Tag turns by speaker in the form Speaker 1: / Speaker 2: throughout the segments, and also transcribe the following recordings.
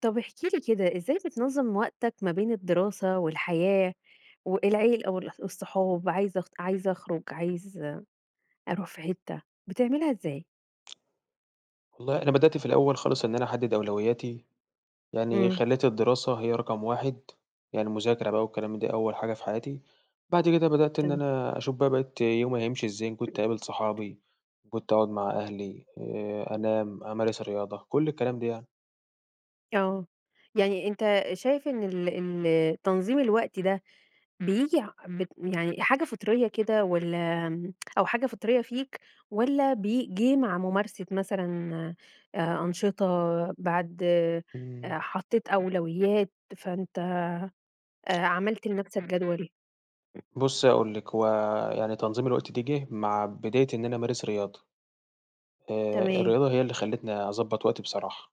Speaker 1: طب احكِ لي كده، إزاي بتنظّم وقتك ما بين الدراسة والحياة والعيلة والصحاب، عايزة أخرج، عايز أروح في حتة، بتعملها إزاي؟
Speaker 2: والله أنا بدأت في الأول خالص إن أنا أحدد أولوياتي، يعني
Speaker 1: إمم،
Speaker 2: خلّيت الدراسة هي رقم 1. يعني المذاكرة بقى والكلام من ده أول حاجة في حياتي، بعد كده بدأت إن
Speaker 1: تمام،
Speaker 2: أنا أشوف بقى بقيت يومي هيمشي إزاي، إن كنت أقابل صحابي، إن كنت أقعد مع أهلي، أنام، أمارس رياضة، كل الكلام ده يعني.
Speaker 1: آه، يعني أنت شايف إن ال ال تنظيم الوقت ده بييجي ع بت يعني حاجة فطرية كده والّا أو حاجة فطرية فيك، والّا جِه مع ممارسة مثلًا، أنشطة بعد،
Speaker 2: إمم.
Speaker 1: حطيت أولويات، فأنت عملت لنفسك جدول؟
Speaker 2: بُصّ هاقول لِك، هو يعني تنظيم الوقت ده جِه مع بداية إن أنا أمارس رياضة،
Speaker 1: تمام.
Speaker 2: الرياضة هي اللي خلّتني أضبّط وقتي بصراحة.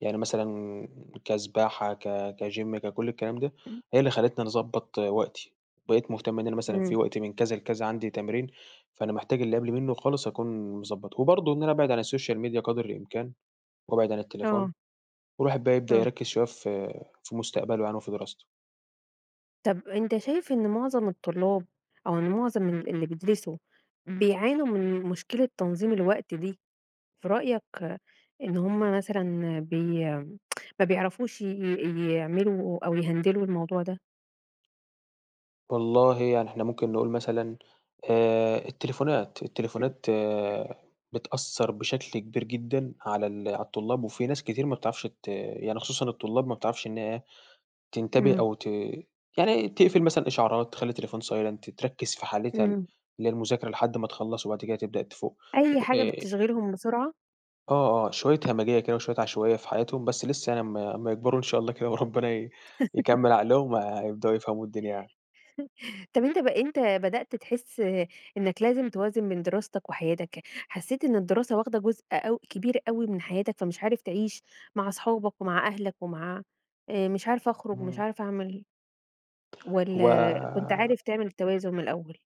Speaker 2: يعني مثلًا كسباحة، كGym، ككل الكلام ده، هي اللي خلّتني أنا أضبّط وقتي، بقيت مهتم إن أنا مثلًا في
Speaker 1: إمم.
Speaker 2: وقت من كذا لكذا عندي تمرين، فأنا محتاج اللي قبل منه خالص أكون مضبّطه، وبرضه إن أنا أبعد عن الSocial Media قدر الإمكان، وأبعد عن التليفون،
Speaker 1: آه،
Speaker 2: والواحد بقى يبدأ
Speaker 1: آه.
Speaker 2: يركّز شوية في مستقبله يعني وفي دراسته.
Speaker 1: طَب أنت شايف إن معظم الطلاب، أو إن معظم اللي بيدرسوا بيعانوا من مشكلة تنظيم الوقت دي، في رأيك، إن هم مثلًا بي ما بيعرفوش ي ي يعملوا أو يهندلوا الموضوع ده؟
Speaker 2: والله يعني إحنا ممكن نقول مثلًا التليفونات، آه، بتأثّر بشكل كبير جدًا على على الطلاب، وفي ناس كتير ما بتعرفش يعني خصوصًا الطلاب ما بتعرفش إن هي تنتبه
Speaker 1: إمم،
Speaker 2: أو ت يعني تقفل مثلًا إشعارات، تخلّي التليفون silent تركّز في حالتها
Speaker 1: إمم.
Speaker 2: اللي هي المذاكرة لحد ما تخلّص وبعد كده تبدأ تفوق.
Speaker 1: أي حاجة
Speaker 2: آآ
Speaker 1: بتشغلهم بسرعة؟
Speaker 2: آه، آه، شوية همجية كده وشوية عشوائية في حياتهم، بس لسه يعني أمّا يكبروا إن شاء الله كده وربنا يكمّل عقلهم هيبدؤوا يفهموا الدنيا يعني.
Speaker 1: طب أنت، ب أنت بدأت تحس إنك لازم توازن بين دراستك وحياتك، حسيت إن الدراسة واخدة جزء أو كبير أوي من حياتك، فمش عارف تعيش مع أصحابك ومع أهلك ومع، مش عارف أخرج، مش
Speaker 2: إمم.
Speaker 1: عارف أعمل،
Speaker 2: هو
Speaker 1: والّا كنت عارف تعمل التوازن من الأول؟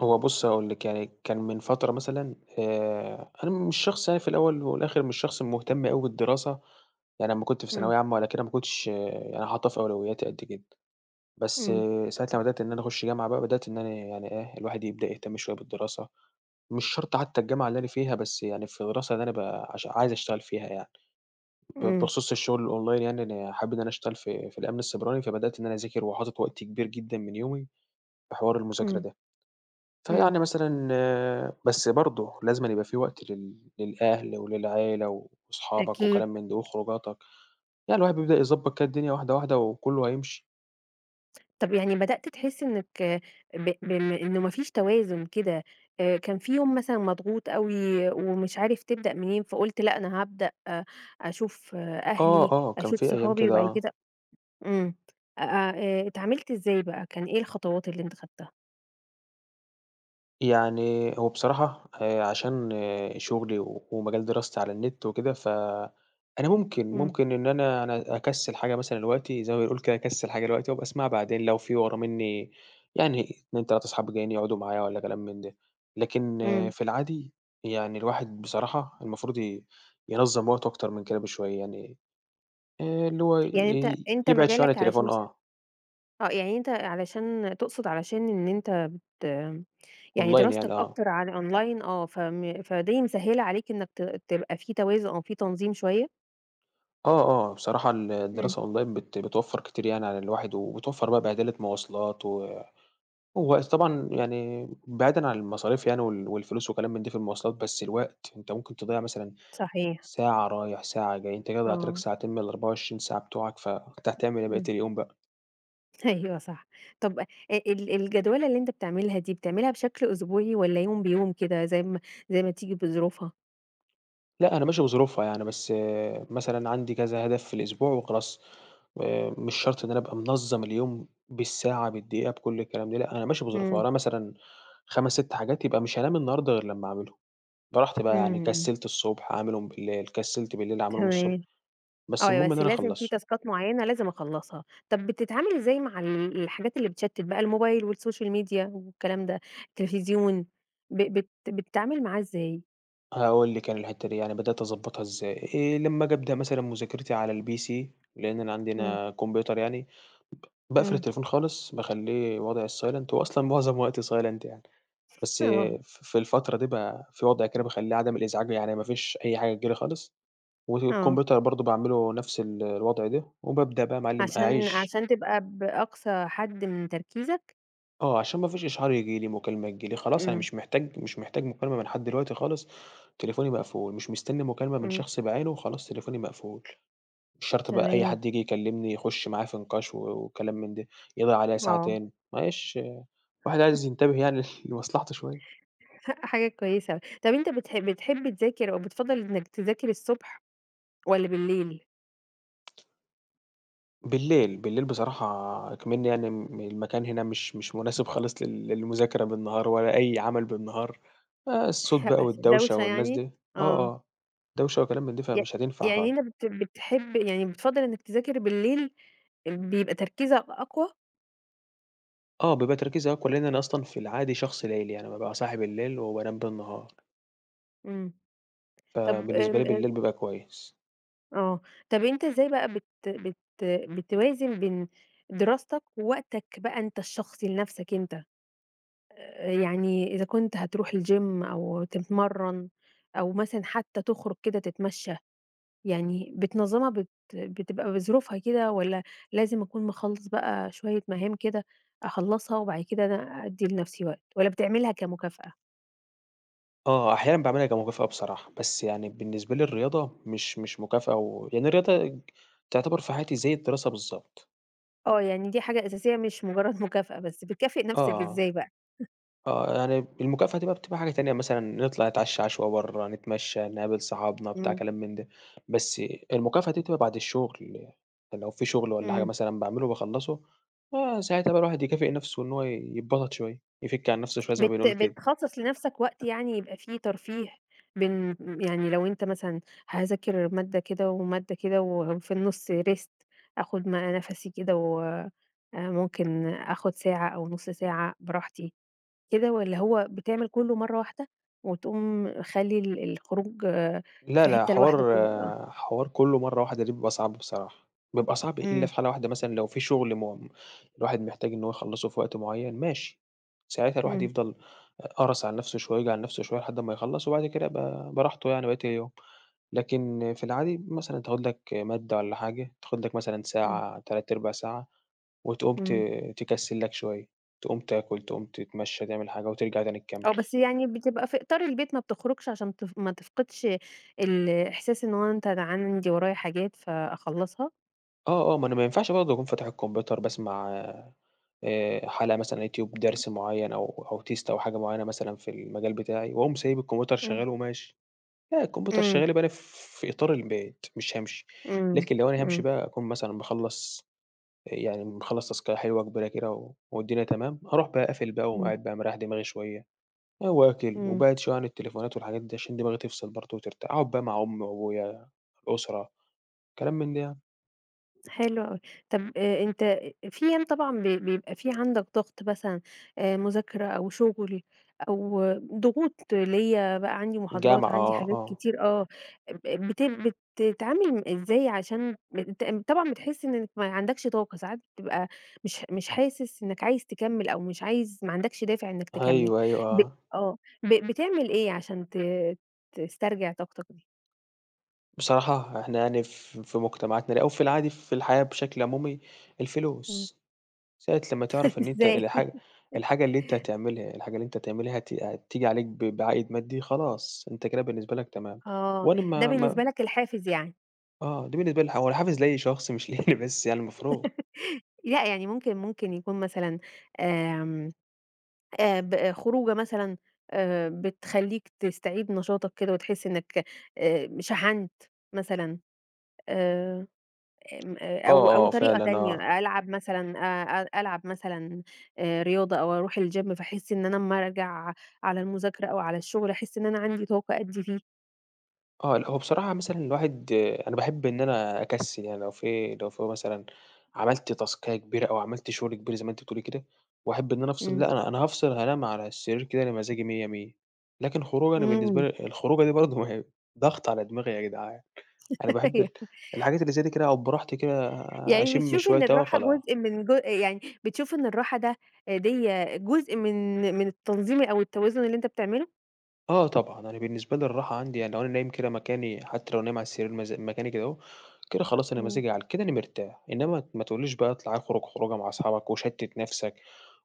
Speaker 2: هو بُصّي هاقول لِك، يعني كان من فترة مثلًا أنا مش شخص يعني في الأول والآخر مش شخص مهتم أوي بالدراسة، يعني أمّا كنت في
Speaker 1: إمم،
Speaker 2: ثانوية عامة ولا كده ما كنتش آه، يعني حاطّها في أولوياتي قد كده. بس
Speaker 1: إمم،
Speaker 2: ساعة لمّا بدأت إن أنا أخُش جامعة بقى، بدأت إن أنا يعني إيه، الواحد يبدأ يهتم شوية بالدراسة، مش شرط حتّى الجامعة اللي أنا فيها، بس يعني في الدراسة اللي أنا ب عش عايز أشتغل فيها يعني.
Speaker 1: إمم،
Speaker 2: بخصوص الشغل الonline يعني أنا حابب إن أنا أشتغل في الأمن السيبراني، فبدأت إن أنا أذاكر وحاطط وقت كبير جدًا من يومي في حوار المذاكرة
Speaker 1: إمم،
Speaker 2: ده.
Speaker 1: إمم،
Speaker 2: فيعني مثلًا آه، بس برضه لازمًا يبقى في وقت للأهل وللعيلة وأصحابك
Speaker 1: أكيد.
Speaker 2: وكلام من ده وخروجاتك، يعني الواحد بيبدأ يضبّط كده الدنيا واحدة، واحدة وكُلّه هيمشي.
Speaker 1: طب يعني بدأت تحسي إنِّك، ب بم إنه ما فيش توازن كده، كان في يوم مثلًا مضغوط أوي ومش عارف تبدأ منين، فقُلت لأ أنا هابدأ أشوف،
Speaker 2: آه،
Speaker 1: أهلي،
Speaker 2: آه، كان
Speaker 1: أشوف
Speaker 2: في أيام
Speaker 1: صحابي،
Speaker 2: كده
Speaker 1: وبعد
Speaker 2: آه.
Speaker 1: كده إمم، أ اتعاملت إزاي بقى، كان إيه الخطوات اللي أنت خدتها؟
Speaker 2: يعني هو بصراحة عشان آه، شغلي ومجال دراستي على النت وكده، فأنا ممكن
Speaker 1: إمم،
Speaker 2: ممكن إن أنا أكسّل حاجة مثلًا دلوقتي زي ما بنقول كده أكسّل حاجة دلوقتي وأبقى أسمعها بعدين لو في ورا منّي يعني 2، 3 أصحاب جايين يقعدوا معايا والّا كلام من ده. لكن آه،
Speaker 1: إمم،
Speaker 2: في العادي يعني الواحد بصراحة المفروض ينظّم وقته أكتر من كده بشوية يعني اللي هو
Speaker 1: يعني أنت أنت
Speaker 2: يبعد شوية عن
Speaker 1: مجالك علشان
Speaker 2: التليفون
Speaker 1: صح،
Speaker 2: آه،
Speaker 1: يعني أنت علشان تقصد علشان إن أنت يعني
Speaker 2: أونلاين
Speaker 1: دراستك
Speaker 2: يعني آه.
Speaker 1: أكتر على الأونلاين، فدي مسهّلة عليك إنّك تبقى في توازن أو في تنظيم شوية؟
Speaker 2: آه، آه، بصراحة
Speaker 1: إمم.
Speaker 2: الدراسة أونلاين بتوفّر كتير يعني على الواحد، وبتوفّر بقى بهدلة مواصلات ووقت طبعًا يعني بعيدًا عن المصاريف يعني والفلوس وكلام من ده في المواصلات، بس الوقت أنت ممكن تضيّع مثلًا
Speaker 1: صحيح،
Speaker 2: ساعة رايح، ساعة جاي، أنت كده ضيّعت لك
Speaker 1: آه،
Speaker 2: ساعتين من ال24 ساعة بتوعك، فأنت هتعمل إيه بقية
Speaker 1: إمم،
Speaker 2: اليوم بقى؟
Speaker 1: أيوه صح. طب الجدولة اللي أنت بتعملها دي، بتعملها بشكل أسبوعي والّا يوم بيوم كده، زي ما تيجي بظروفها؟
Speaker 2: لأ، أنا ماشي بظروفها يعني، بس مثلًا عندي كذا هدف في الأسبوع وخلاص، مش شرط إن أنا أبقى منظّم اليوم بالساعة، بالدقيقة، بكل الكلام ده لأ، أنا ماشي بظروفها،
Speaker 1: إمم،
Speaker 2: ورايا مثلًا 5، 6 حاجات يبقى مش هانام النهارده غير لمّا أعملهم، براحتي بقى يعني
Speaker 1: إمم،
Speaker 2: كسّلت الصبح أعملهم بالليل، كسّلت بالليل أعملهم الصبح،
Speaker 1: تمام.
Speaker 2: بس
Speaker 1: آه،
Speaker 2: المهم إن
Speaker 1: بس
Speaker 2: أنا
Speaker 1: لازم في
Speaker 2: أخلّصهم.
Speaker 1: تاسكات معيّنة لازم أخلّصها. طب بتتعامل إزاي مع الحاجات اللي بتشتِّت بقى، الموبايل والسوشيال ميديا والكلام ده، التلفزيون، ب بت بتتعامل معاه إزاي؟
Speaker 2: هاقول لِك أنا الحتّة دي يعني بدأت أضبّطها إزاي، لمّا آجي أبدأ مثلًا مذاكرتي على الPC لإن أنا عندي
Speaker 1: إمم،
Speaker 2: هنا كمبيوتر يعني، باقفل
Speaker 1: إمم،
Speaker 2: التليفون خالص، باخلّيه وضع الsilent هو أصلًا معظم وقتي silent يعني. بس
Speaker 1: آه،
Speaker 2: في الفترة دي بقى في وضع كده بيخلّيه عدم الإزعاج يعني ما فيش أي حاجة تيجي لي خالص،
Speaker 1: آه،
Speaker 2: والكمبيوتر برضه باعمله نفس الوضع ده، وبابدأ بقى يا معلِّم أعيش
Speaker 1: عشان تبقى بأقصى حد من تركيزك؟
Speaker 2: آه، عشان ما فيش إشعار ييجي لي، مكالمة تيجي لي، خلاص أنا
Speaker 1: إمم،
Speaker 2: مش محتاج مكالمة من حد دلوقتي خالص، تليفوني مقفول، مش مستني مكالمة من
Speaker 1: إمم،
Speaker 2: شخص بعينه وخلاص تليفوني مقفول، مش شرط بقى أي
Speaker 1: تمام.
Speaker 2: حد ييجي يكلمني يخش معايا في نقاش وكلام من ده، يضيّع عليّا
Speaker 1: آه،
Speaker 2: ساعتين، معلش الواحد عايز ينتبه يعني لمصلحته شوية.
Speaker 1: حاجة كويسة أوي. طَب أنت بتحب تذاكر أو بتفضّل إنك تذاكر الصبح والّا بالليل؟
Speaker 2: بالليل، بالليل بصراحة إكمنّي يعني المكان هنا مش مناسب خالص للمذاكرة بالنهار ولا أي عمل بالنهار، الصوت بقى والدوشة
Speaker 1: دوشة
Speaker 2: والناس
Speaker 1: يعني؟
Speaker 2: دي آه،
Speaker 1: آه،
Speaker 2: آه، دوشة وكلام من ده،
Speaker 1: ي
Speaker 2: فمش هتنفع
Speaker 1: يعني
Speaker 2: خالص.
Speaker 1: أنت بتحب، يعني بتفضّل إنك تذاكر بالليل، بيبقى تركيزك أقوى؟
Speaker 2: آه، بيبقى تركيزي أقوى لإن أنا أصلًا في العادي شخص ليلي، يعني بابقى صاحي بالليل وبانام بالنهار،
Speaker 1: إمم، طَب
Speaker 2: فبالنسبة لي
Speaker 1: آمم،
Speaker 2: بالليل بيبقى كويس.
Speaker 1: آه، طَب أنت إزاي بقى بت بت بتوازن بين دراستك ووقتك بقى أنت الشخصي لنَفْسك أنت؟ يعني إذا كنت هتروح الgym أو تتمرّن، أو مثلًا حتى تخرج كده تتمشى. يعني بتنظّمها، بتبقى بظروفها كده، والّا لازم أكون مخلّص بقى شوية مهام كده، أخلّصها وبعد كده أنا أدّي لنفسي وقت، والّا بتعملها كمكافأة؟
Speaker 2: آه، أحيانًا باعملها كمكافأة بصراحة، بس يعني بالنسبة لي الرياضة مش مكافأة يعني الرياضة تعتبر في حياتي زي الدراسة بالضبط.
Speaker 1: آه، يعني دي حاجة أساسية مش مجرّد مكافأة بس، بتكافئ نفسك
Speaker 2: آه.
Speaker 1: إزاي بقى؟
Speaker 2: آه، يعني المكافأة دي بقى بتبقى حاجة تانية مثلًا نطلع نتعشى عشوة برّه، نتمشى، نقابل صحابنا، بتاع
Speaker 1: إمم،
Speaker 2: كلام من ده، بس المكافأة دي بتبقى بعد الشغل، يعني لو في شغل والّا حاجة
Speaker 1: إمم،
Speaker 2: مثلًا باعمله وباخلّصه، آه، ساعتها بقى الواحد يكافئ نَفْسه إن هو يتبسط شوية، يفِك عن نَفْسه شوية زي ما بنقول كده.
Speaker 1: بتخصّص لنفسك وقت يعني يبقى فيه ترفيه بين، يعني لو أنت مثلًا هاذاكر مادة كده ومادة كده، وفي النُص rest آخُد نَفَسي كده، و ممكن آخُد ساعة أو نُص ساعة براحتي. كده، والّا هو بتعمل كلّه مرّة واحدة وتقوم خالي الخروج،
Speaker 2: لا،
Speaker 1: في
Speaker 2: لأ،
Speaker 1: حتّة لوحده
Speaker 2: حوار
Speaker 1: كده؟ آه.
Speaker 2: آه، حوار كلّه مرّة واحدة دي بيبقى صعب بصراحة، بيبقى صعب إلا
Speaker 1: إمم،
Speaker 2: في حالة واحدة مثلًا لو في شغل الواحد محتاج إن هو يخلّصه في وقت معيّن ماشي، ساعتها الواحد
Speaker 1: إمم،
Speaker 2: يفضل قرَص على نَفْسه شوية، ييجي على نَفْسه شوية لحد أمّا يخلّص وبعد كده يبقى براحته يعني بقية اليوم، لكن في العادي مثلًا تاخُد لك مادة والّا حاجة، تاخُد لك مثلًا
Speaker 1: إمم،
Speaker 2: ساعة، 3/4 ساعة وتقوم
Speaker 1: إمم.
Speaker 2: تكسِّل لك شوية، تقوم تاكُل، تقوم تتمشّى، تعمل حاجة وترجع تاني تكمّل.
Speaker 1: آه، بس يعني بتبقى في إطار البيت ما بتخرجش، عشان ما تفقدش الإحساس إن هو أنت، أنا عندي ورايا حاجات فأخلّصها؟
Speaker 2: آه، آه، ما أنا ما ينفعش برضه أكون فاتح الكمبيوتر باسمع حلقة مثلًا على الYouTube درس معيّن أو test أو حاجة معيّنة مثلًا في المجال بتاعي، وأقوم سايب الكمبيوتر
Speaker 1: إمم،
Speaker 2: شغّال وماشي، لأ الكمبيوتر
Speaker 1: إمم،
Speaker 2: شغّال يبقى أنا في إطار البيت مش هامشي،
Speaker 1: إمم،
Speaker 2: لكن لو أنا هامشي
Speaker 1: إمم،
Speaker 2: بقى أكون مثلًا مخلّص يعني مخلّص تاسكاية حلوة كبيرة كده والدنيا تمام، أروح بقى قافل بقى وأقوم قاعد بقى مريّح دماغي شوية، واكل
Speaker 1: إمم.
Speaker 2: وباعد شوية عن التليفونات والحاجات دي عشان دماغي تفصل برضه وترتاح، أقعد بقى مع أمي وأبويا، الأسرة، كلام من ده يعني،
Speaker 1: حلو أوي. طَب أنت في أيام طبعًا بيبقى في عندك ضغط مثلًا، مذاكرة أو شغل أو ضغوط، ليّا بقى عندي محاضرات،
Speaker 2: الجامعة
Speaker 1: عندي
Speaker 2: آه،
Speaker 1: حاجات
Speaker 2: آه.
Speaker 1: كتير، آه، ب بت بتتعامل إزاي عشان أنت طبعًا بتحس إنك ما عندكش طاقة، ساعات بتبقى مش حاسس إنك عايز تكمّل، أو مش عايز، ما عندكش دافع إنك تكمّل،
Speaker 2: أيوه، أيوه،
Speaker 1: ب
Speaker 2: آه.
Speaker 1: آه، ب بتعمل إيه عشان تسترجع طاقتك دي؟
Speaker 2: بصراحة إحنا يعني في مجتمعاتنا أو في العادي في الحياة بشكل عمومي،
Speaker 1: إمم،
Speaker 2: الفلوس، ساعة لمّا تعرف إن أنت
Speaker 1: إزاي؟
Speaker 2: الحاجة الحاجة اللي أنت هتعملها هتيجي عليك بعائد مادي خلاص، أنت كده بالنسبة لك تمام،
Speaker 1: آه،
Speaker 2: وأنا
Speaker 1: ده
Speaker 2: ما
Speaker 1: بالنسبة لك الحافز يعني.
Speaker 2: آه، دي بالنسبة لي هو الحافز لأي شخص مش ليّا أنا بس يعني المفروض.
Speaker 1: لأ، يعني ممكن يكون مثلًا، آمم، خروجة مثلًا، بتخلّيك تستعيد نشاطك كده وتحس إنك، شحنت مثلًا، آآ، آمم، أو
Speaker 2: آه، آه،
Speaker 1: طريقة
Speaker 2: فعلًا
Speaker 1: تانية،
Speaker 2: آه.
Speaker 1: ألعب مثلًا، أ ألعب مثلًا، رياضة أو أروح الgym، فاحس إن أنا أمّا أرجع على المذاكرة أو على الشغل أحس إن أنا عندي طاقة أدّي فيه.
Speaker 2: آه، لأ هو بصراحة مثلًا الواحد آه، أنا باحب إن أنا أكسّل، يعني لو في مثلًا عملت تاسكاية كبيرة أو عملت شغل كبير زي ما أنتِ بتقولي كده، واحب إن أنا أفصل،
Speaker 1: إمم،
Speaker 2: لأ أنا هافصل هانام على السرير كده أنا مزاجي مِيّة مِيّة، لكن خروجة أنا
Speaker 1: إمم،
Speaker 2: بالنسبة
Speaker 1: أيوه.
Speaker 2: لي الخروجة دي برضه ما هي ضغط على دماغي يا جدعان، أنا باحب الحاجات اللي زي دي كده أقعد براحتي كده
Speaker 1: يعني
Speaker 2: أشِم
Speaker 1: بتشوفي إن
Speaker 2: شوية هوا
Speaker 1: الراحة
Speaker 2: خلا
Speaker 1: جزء من جو يعني بتشوفي إن الراحة ده، ديّة جزء من التنظيم أو التوازن اللي أنت بتعمله؟
Speaker 2: آه طبعًا، أنا بالنسبة لي الراحة عندي يعني لو أنا نايم كده مكاني حتى لو نايم على السرير مكاني كده أهو، كده خلاص أنا
Speaker 1: إمم،
Speaker 2: مزاجي على كده أنا مرتاح، إنما ما تقوليش بقى اطلع اخرج خروجة مع أصحابك وشتت نفسك،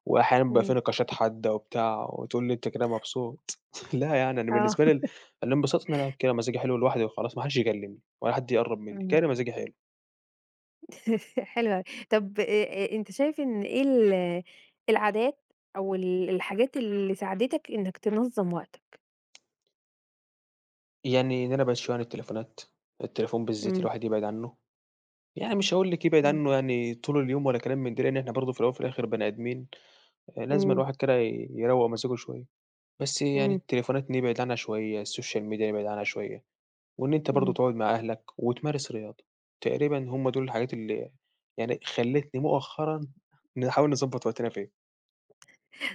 Speaker 2: وأحيانًا بيبقى في
Speaker 1: إمم،
Speaker 2: نقاشات حادة وبتاع، وتقول لي أنت كده مبسوط لا يعني أنا
Speaker 1: آه،
Speaker 2: بالنسبة لي الانبساط إن أنا قاعد كده مزاجي حلو لوحدي وخلاص ما حدش يكلمني ولا حد يقرب مني، كده
Speaker 1: إمم،
Speaker 2: أنا مزاجي حلو.
Speaker 1: حلو أوي. طب أنت شايف إن إيه العادات، أو الحاجات اللي ساعدتك إنك تنظّم وقتك؟
Speaker 2: يعني إن أنا ابعد شوية عن التليفونات، التليفون بالذات
Speaker 1: إمم،
Speaker 2: الواحد يبعد عنه، يعني مش هاقول لِك يبعد
Speaker 1: إمم،
Speaker 2: عنه يعني طول اليوم ولا كلام من ده، لإن إحنا برضه في الأول وفي الآخر بني آدمين. لازمًا
Speaker 1: إمم،
Speaker 2: الواحد كده يروّق مزاجه شوية، بس يعني
Speaker 1: إمم،
Speaker 2: التليفونات نبعد عنها شوية، السوشيال ميديا نبعد عنها شوية، وإن أنت برضه
Speaker 1: إمم.
Speaker 2: تقعد مع أهلك وتمارس رياضة، تقريبًا هم دول الحاجات اللي يعني خلّتني مؤخرًا نحاول نضبّط وقتنا فيها،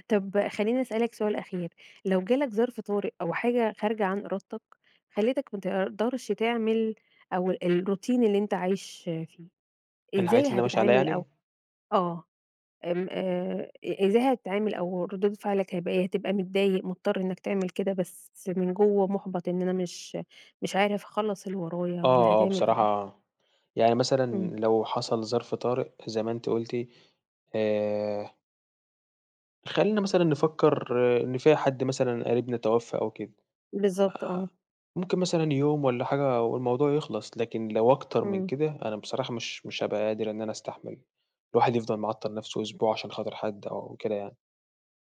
Speaker 1: طب خلّيني أسألك سؤال أخير، لو جالك ظرف طارئ أو حاجة خارجة عن إرادتك، خلّتك ما تقدرش تعمل، أو الروتين اللي أنت عايش فيه،
Speaker 2: الحاجات
Speaker 1: إزاي
Speaker 2: اللي أنا ماشي عليها
Speaker 1: هتتعامل
Speaker 2: يعني
Speaker 1: أو آه، إزاي هتتعامل، أو ردود فعلك هيبقى إيه؟ هتبقى متضايق، مضطر إنك تعمل كده بس من جوّه مُحبَط إن أنا مش عارف أخلّص اللي ورايا،
Speaker 2: آه،
Speaker 1: والّا
Speaker 2: آه
Speaker 1: هتعمل إيه؟
Speaker 2: بصراحة يعني مثلًا
Speaker 1: إمم،
Speaker 2: لو حصل ظرف طارئ زي ما أنتِ قُلتِ آآ، خلّينا مثلًا نفكّر إن في حد مثلًا قريبنا توفى أو كده.
Speaker 1: بالضبط آه،
Speaker 2: آآ ممكن مثلًا يوم والّا حاجة والموضوع يخلص، لكن لو أكتر من
Speaker 1: إمم.
Speaker 2: كده أنا بصراحة مش هابقى قادر إن أنا أستحمل الواحد يفضل معطّل نَفْسه أسبوع عشان خاطر حد أو كده يعني،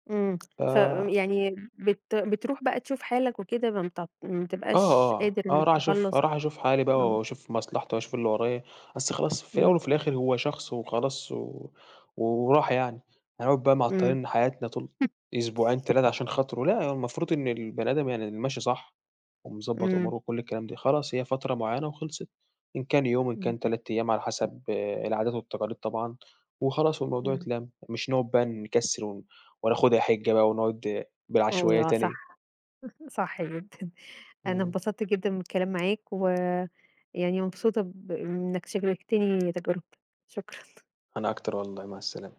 Speaker 1: إمم،
Speaker 2: ف
Speaker 1: ف يعني بتروح بقى تشوف حالك وكده، ما
Speaker 2: آه،
Speaker 1: بتبقاش
Speaker 2: آه،
Speaker 1: قادر
Speaker 2: آه،
Speaker 1: إنك
Speaker 2: راح أشوف
Speaker 1: تخلّص،
Speaker 2: راح أشوف حالي بقى
Speaker 1: آه،
Speaker 2: وأشوف مصلحتي وأشوف اللي ورايا، أصل خلاص في الأول
Speaker 1: إمم،
Speaker 2: وفي الآخر هو شخص وخلاص وراح يعني، هنقعد بقى
Speaker 1: إمم،
Speaker 2: معطّلين حياتنا طول أسبوعين 3 عشان خاطره، لأ المفروض إن البني آدم يعني اللي ماشي صح ومضبّط أموره
Speaker 1: إمم،
Speaker 2: وكل الكلام ده، خلاص هي فترة معيّنة وخلصت، إن كان يوم إن
Speaker 1: إمم،
Speaker 2: كان 3 أيام على حسب آه، العادات والتقاليد طبعًا، وخلاص والموضوع
Speaker 1: إمم،
Speaker 2: اتلَم، مش نقعد بقى نكسّل وناخدها حِجّة بقى ونقعد آه، بالعشوائية
Speaker 1: أيوه صح،
Speaker 2: تاني.
Speaker 1: صح جدًا. أنا
Speaker 2: إمم،
Speaker 1: انبسطت جدًا من الكلام معاك، ويعني مبسوطة إنك شاركتني تجربتك، شكرًا.
Speaker 2: أنا أكتر والله، مع السلامة.